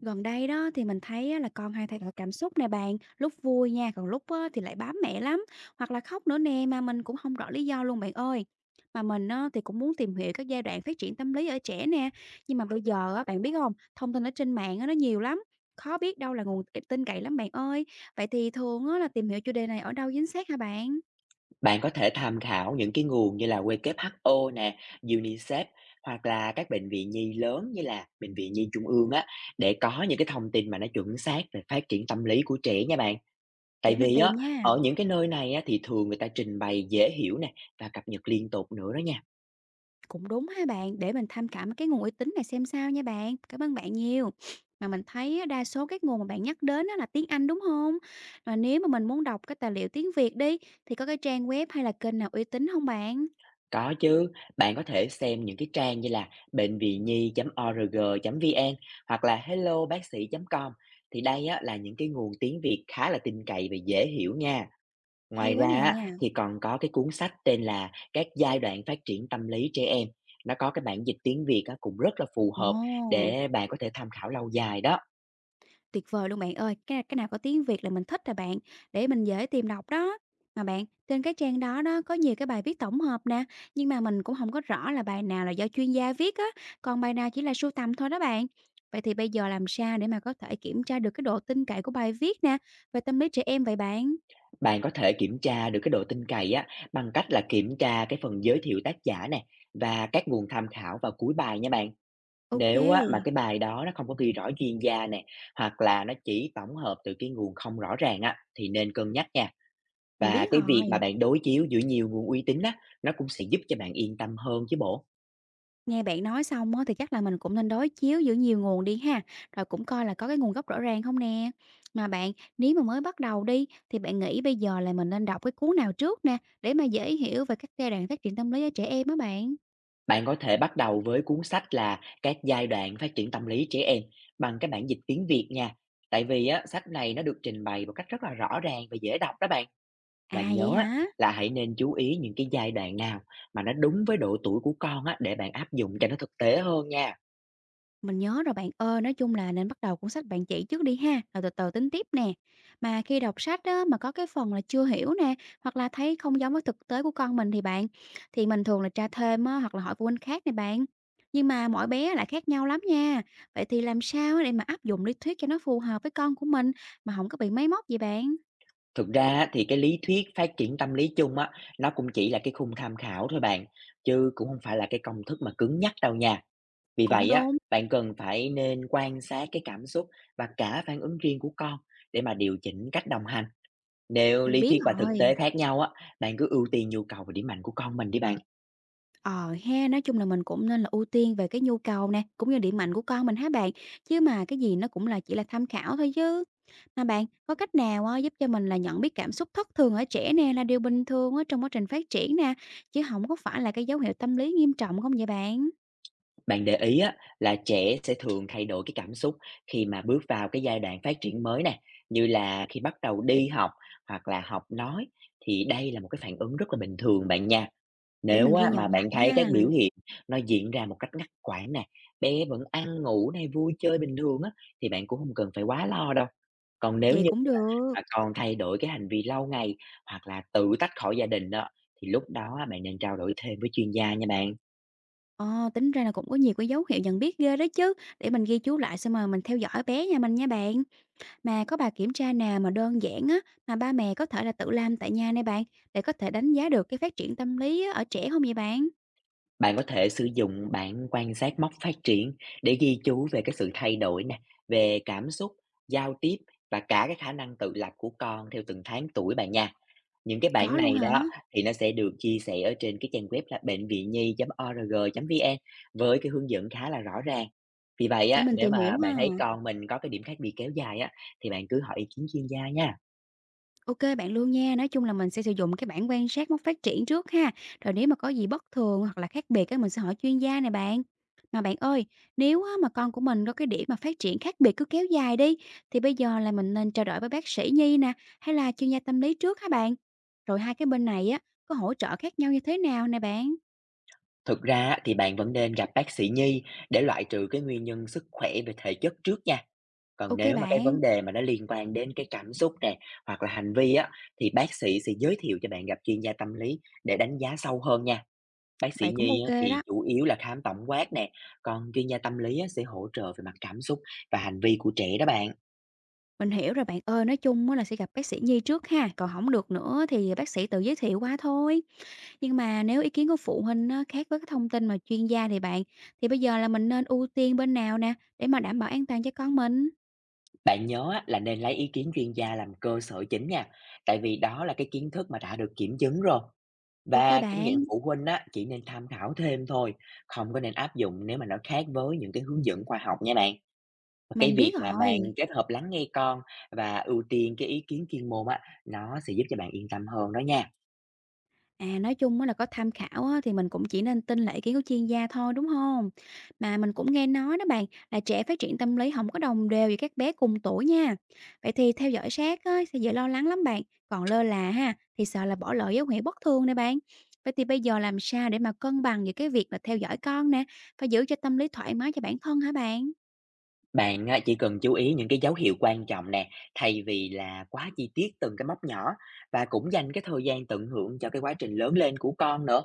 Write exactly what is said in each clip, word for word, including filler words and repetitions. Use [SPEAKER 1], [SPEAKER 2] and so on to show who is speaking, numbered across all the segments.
[SPEAKER 1] Gần đây đó thì mình thấy á là con hay thay đổi cảm xúc nè bạn, lúc vui nha, còn lúc á thì lại bám mẹ lắm, hoặc là khóc nữa nè mà mình cũng không rõ lý do luôn bạn ơi. Mà mình á thì cũng muốn tìm hiểu các giai đoạn phát triển tâm lý ở trẻ nè, nhưng mà bây giờ á bạn biết không, thông tin ở trên mạng á nó nhiều lắm, khó biết đâu là nguồn tin cậy lắm bạn ơi. Vậy thì thường á là tìm hiểu chủ đề này ở đâu chính xác hả bạn?
[SPEAKER 2] Bạn có thể tham khảo những cái nguồn như là vê kép hát o nè, UNICEF hoặc là các bệnh viện nhi lớn như là bệnh viện nhi trung ương á để có những cái thông tin mà nó chuẩn xác về phát triển tâm lý của trẻ nha bạn. Tại
[SPEAKER 1] Để mình
[SPEAKER 2] vì
[SPEAKER 1] tìm
[SPEAKER 2] á
[SPEAKER 1] nha.
[SPEAKER 2] ở những cái nơi này á thì thường người ta trình bày dễ hiểu nè và cập nhật liên tục nữa đó nha.
[SPEAKER 1] Cũng đúng ha bạn, để mình tham khảo mấy cái nguồn uy tín này xem sao nha bạn. Cảm ơn bạn nhiều. Mà mình thấy á, đa số các nguồn mà bạn nhắc đến á là tiếng Anh đúng không? Mà nếu mà mình muốn đọc cái tài liệu tiếng Việt đi, thì có cái trang web hay là kênh nào uy tín không bạn?
[SPEAKER 2] Có chứ, bạn có thể xem những cái trang như là bệnh viện nhi chấm o r g chấm vê en hoặc là hello bác sĩ chấm com thì đây á là những cái nguồn tiếng Việt khá là tin cậy và dễ hiểu nha.
[SPEAKER 1] Hay
[SPEAKER 2] Ngoài
[SPEAKER 1] quá
[SPEAKER 2] ra
[SPEAKER 1] nè.
[SPEAKER 2] á, thì còn có cái cuốn sách tên là Các giai đoạn phát triển tâm lý trẻ em. Nó có cái bản dịch tiếng Việt á, cũng rất là phù hợp
[SPEAKER 1] Ồ!
[SPEAKER 2] để bạn có thể tham khảo lâu dài đó.
[SPEAKER 1] Tuyệt vời luôn bạn ơi, cái cái nào có tiếng Việt là mình thích rồi bạn, để mình dễ tìm đọc đó. Mà bạn, trên cái trang đó đó có nhiều cái bài viết tổng hợp nè, nhưng mà mình cũng không có rõ là bài nào là do chuyên gia viết á, còn bài nào chỉ là sưu tầm thôi đó bạn. Vậy thì bây giờ làm sao để mà có thể kiểm tra được cái độ tin cậy của bài viết nè, về tâm lý trẻ em vậy bạn?
[SPEAKER 2] Bạn có thể kiểm tra được cái độ tin cậy á, bằng cách là kiểm tra cái phần giới thiệu tác giả nè và các nguồn tham khảo vào cuối bài nha bạn. Nếu
[SPEAKER 1] ô kê,
[SPEAKER 2] á, mà cái bài đó nó không có ghi rõ chuyên gia nè hoặc là nó chỉ tổng hợp từ cái nguồn không rõ ràng á, thì nên cân nhắc nha.
[SPEAKER 1] mình
[SPEAKER 2] Và
[SPEAKER 1] biết
[SPEAKER 2] cái việc mà
[SPEAKER 1] rồi.
[SPEAKER 2] bạn đối chiếu giữa nhiều nguồn uy tín á, nó cũng sẽ giúp cho bạn yên tâm hơn chứ bộ.
[SPEAKER 1] Nghe bạn nói xong á, thì chắc là mình cũng nên đối chiếu giữa nhiều nguồn đi ha, rồi cũng coi là có cái nguồn gốc rõ ràng không nè. Mà bạn, nếu mà mới bắt đầu đi, thì bạn nghĩ bây giờ là mình nên đọc cái cuốn nào trước nè, để mà dễ hiểu về các giai đoạn phát triển tâm lý ở trẻ em á bạn?
[SPEAKER 2] Bạn có thể bắt đầu với cuốn sách là Các giai đoạn phát triển tâm lý trẻ em bằng cái bản dịch tiếng Việt nha. Tại vì á, sách này nó được trình bày một cách rất là rõ ràng và dễ đọc đó bạn. Và
[SPEAKER 1] À, vậy
[SPEAKER 2] nhớ á,
[SPEAKER 1] hả?
[SPEAKER 2] là hãy nên chú ý những cái giai đoạn nào mà nó đúng với độ tuổi của con á, để bạn áp dụng cho nó thực tế hơn nha.
[SPEAKER 1] Mình nhớ rồi bạn ơi, nói chung là nên bắt đầu cuốn sách bạn chỉ trước đi ha, rồi từ từ tính tiếp nè. Mà khi đọc sách á, mà có cái phần là chưa hiểu nè, hoặc là thấy không giống với thực tế của con mình thì bạn, thì mình thường là tra thêm á, hoặc là hỏi phụ huynh khác nè bạn. Nhưng mà mỗi bé lại khác nhau lắm nha. Vậy thì làm sao á để mà áp dụng lý thuyết cho nó phù hợp với con của mình mà không có bị máy móc vậy bạn?
[SPEAKER 2] Thực ra á, thì cái lý thuyết phát triển tâm lý chung á, nó cũng chỉ là cái khung tham khảo thôi bạn. Chứ cũng không phải là cái công thức mà cứng nhắc đâu nha. Vì
[SPEAKER 1] Cũng
[SPEAKER 2] vậy á,
[SPEAKER 1] đúng,
[SPEAKER 2] bạn cần phải nên quan sát cái cảm xúc và cả phản ứng riêng của con để mà điều chỉnh cách đồng hành. Nếu
[SPEAKER 1] mình
[SPEAKER 2] lý
[SPEAKER 1] biết
[SPEAKER 2] thuyết và thực
[SPEAKER 1] rồi.
[SPEAKER 2] tế khác nhau á, bạn cứ ưu tiên nhu cầu và điểm mạnh của con mình đi bạn.
[SPEAKER 1] Ờ ha, nói chung là mình cũng nên là ưu tiên về cái nhu cầu nè, cũng như điểm mạnh của con mình hả bạn? Chứ mà cái gì nó cũng là chỉ là tham khảo thôi chứ. Mà bạn, có cách nào á, giúp cho mình là nhận biết cảm xúc thất thường ở trẻ nè là điều bình thường á, trong quá trình phát triển nè, chứ không có phải là cái dấu hiệu tâm lý nghiêm trọng không vậy bạn?
[SPEAKER 2] Bạn để ý á, là trẻ sẽ thường thay đổi cái cảm xúc khi mà bước vào cái giai đoạn phát triển mới nè, như là khi bắt đầu đi học hoặc là học nói thì đây là một cái phản ứng rất là bình thường bạn nha.
[SPEAKER 1] Để mình
[SPEAKER 2] Nếu
[SPEAKER 1] ghi
[SPEAKER 2] á
[SPEAKER 1] nhận
[SPEAKER 2] mà
[SPEAKER 1] lại
[SPEAKER 2] bạn thấy
[SPEAKER 1] ha.
[SPEAKER 2] các biểu hiện nó diễn ra một cách ngắt quãng nè, bé vẫn ăn ngủ này, vui chơi bình thường á, thì bạn cũng không cần phải quá lo đâu. Còn nếu
[SPEAKER 1] Vậy
[SPEAKER 2] như
[SPEAKER 1] cũng
[SPEAKER 2] mà
[SPEAKER 1] được.
[SPEAKER 2] mà còn thay đổi cái hành vi lâu ngày hoặc là tự tách khỏi gia đình đó, thì lúc đó á bạn nên trao đổi thêm với chuyên gia nha bạn.
[SPEAKER 1] Ờ, tính ra là cũng có nhiều cái dấu hiệu nhận biết ghê đó chứ. Để mình ghi chú lại xem mà mình theo dõi bé nhà mình nha bạn. Mà có bài kiểm tra nào mà đơn giản á, mà ba mẹ có thể là tự làm tại nhà này bạn, để có thể đánh giá được cái phát triển tâm lý á, ở trẻ không vậy bạn?
[SPEAKER 2] Bạn có thể sử dụng bảng quan sát mốc phát triển để ghi chú về cái sự thay đổi nè, về cảm xúc, giao tiếp và cả cái khả năng tự lập của con theo từng tháng tuổi bạn nha. Những cái bản
[SPEAKER 1] Có luôn
[SPEAKER 2] này
[SPEAKER 1] hả?
[SPEAKER 2] đó thì nó sẽ được chia sẻ ở trên cái trang web là bệnh viện nhi chấm o r g chấm vê en với cái hướng dẫn khá là rõ ràng. Vì vậy
[SPEAKER 1] Để
[SPEAKER 2] á,
[SPEAKER 1] mình
[SPEAKER 2] nếu
[SPEAKER 1] tìm hiểu
[SPEAKER 2] mà
[SPEAKER 1] ha.
[SPEAKER 2] bạn thấy con mình có cái điểm khác biệt kéo dài á, thì bạn cứ hỏi ý kiến chuyên gia nha.
[SPEAKER 1] ô kê, bạn luôn nha, nói chung là mình sẽ sử dụng cái bảng quan sát mốc phát triển trước ha, rồi nếu mà có gì bất thường hoặc là khác biệt á, mình sẽ hỏi chuyên gia này bạn. Mà bạn ơi, nếu á, mà con của mình có cái điểm mà phát triển khác biệt cứ kéo dài đi, thì bây giờ là mình nên trao đổi với bác sĩ nhi nè, hay là chuyên gia tâm lý trước hả bạn? Rồi hai cái bên này á, có hỗ trợ khác nhau như thế nào nè bạn?
[SPEAKER 2] Thực ra á, thì bạn vẫn nên gặp bác sĩ nhi để loại trừ cái nguyên nhân sức khỏe về thể chất trước nha. Còn
[SPEAKER 1] ô kê
[SPEAKER 2] nếu mà cái
[SPEAKER 1] bạn,
[SPEAKER 2] vấn đề mà nó liên quan đến cái cảm xúc nè hoặc là hành vi á thì bác sĩ sẽ giới thiệu cho bạn gặp chuyên gia tâm lý để đánh giá sâu hơn nha. Bác sĩ
[SPEAKER 1] vậy cũng
[SPEAKER 2] nhi á thì
[SPEAKER 1] ô kê đó.
[SPEAKER 2] chủ yếu là khám tổng quát nè, còn chuyên gia tâm lý á sẽ hỗ trợ về mặt cảm xúc và hành vi của trẻ đó bạn.
[SPEAKER 1] Mình hiểu rồi bạn ơi, nói chung á là sẽ gặp bác sĩ nhi trước ha, còn không được nữa thì bác sĩ tự giới thiệu qua thôi. Nhưng mà nếu ý kiến của phụ huynh á khác với cái thông tin mà chuyên gia thì bạn, thì bây giờ là mình nên ưu tiên bên nào nè, để mà đảm bảo an toàn cho con mình?
[SPEAKER 2] Bạn nhớ á là nên lấy ý kiến chuyên gia làm cơ sở chính nha, tại vì đó là cái kiến thức mà đã được kiểm chứng rồi.
[SPEAKER 1] OK
[SPEAKER 2] Và kinh nghiệm
[SPEAKER 1] bạn,
[SPEAKER 2] phụ huynh á chỉ nên tham khảo thêm thôi, không có nên áp dụng nếu mà nó khác với những cái hướng dẫn khoa học nha bạn. Và cái
[SPEAKER 1] mình biết
[SPEAKER 2] việc mà bạn
[SPEAKER 1] rồi.
[SPEAKER 2] kết hợp lắng nghe con và ưu tiên cái ý kiến chuyên môn á, nó sẽ giúp cho bạn yên tâm hơn đó nha.
[SPEAKER 1] À, nói chung á là có tham khảo á, thì mình cũng chỉ nên tin là ý kiến của chuyên gia thôi, đúng không? Mà mình cũng nghe nói đó bạn, là trẻ phát triển tâm lý không có đồng đều với các bé cùng tuổi nha. Vậy thì theo dõi sát á, sẽ dễ lo lắng lắm bạn, còn lơ là ha, thì sợ là bỏ lỡ dấu hiệu bất thường nè bạn. Vậy thì bây giờ làm sao để mà cân bằng giữa cái việc là theo dõi con nè, và giữ cho tâm lý thoải mái cho bản thân hả bạn?
[SPEAKER 2] Bạn á, chỉ cần chú ý những cái dấu hiệu quan trọng nè, thay vì là quá chi tiết từng cái mốc nhỏ và cũng dành cái thời gian tận hưởng cho cái quá trình lớn lên của con nữa.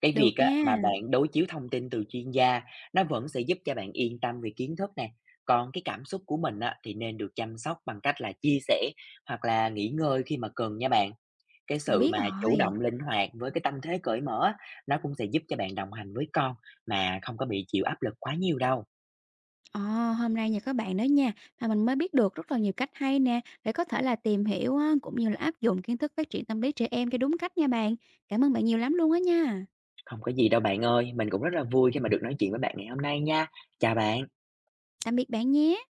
[SPEAKER 2] Cái
[SPEAKER 1] Được
[SPEAKER 2] việc á,
[SPEAKER 1] nha,
[SPEAKER 2] mà bạn đối chiếu thông tin từ chuyên gia nó vẫn sẽ giúp cho bạn yên tâm về kiến thức nè. Còn cái cảm xúc của mình á, thì nên được chăm sóc bằng cách là chia sẻ hoặc là nghỉ ngơi khi mà cần nha bạn. Cái
[SPEAKER 1] mình
[SPEAKER 2] sự
[SPEAKER 1] biết
[SPEAKER 2] mà chủ
[SPEAKER 1] rồi.
[SPEAKER 2] động linh hoạt với cái tâm thế cởi mở á, nó cũng sẽ giúp cho bạn đồng hành với con mà không có bị chịu áp lực quá nhiều đâu.
[SPEAKER 1] Ờ, hôm nay nhờ các bạn đó nha, mà mình mới biết được rất là nhiều cách hay nè, để có thể là tìm hiểu á, cũng như là áp dụng kiến thức phát triển tâm lý trẻ em cho đúng cách nha bạn. Cảm ơn bạn nhiều lắm luôn á nha.
[SPEAKER 2] Không có gì đâu bạn ơi, mình cũng rất là vui khi mà được nói chuyện với bạn ngày hôm nay nha. Chào bạn.
[SPEAKER 1] Tạm biệt bạn nhé.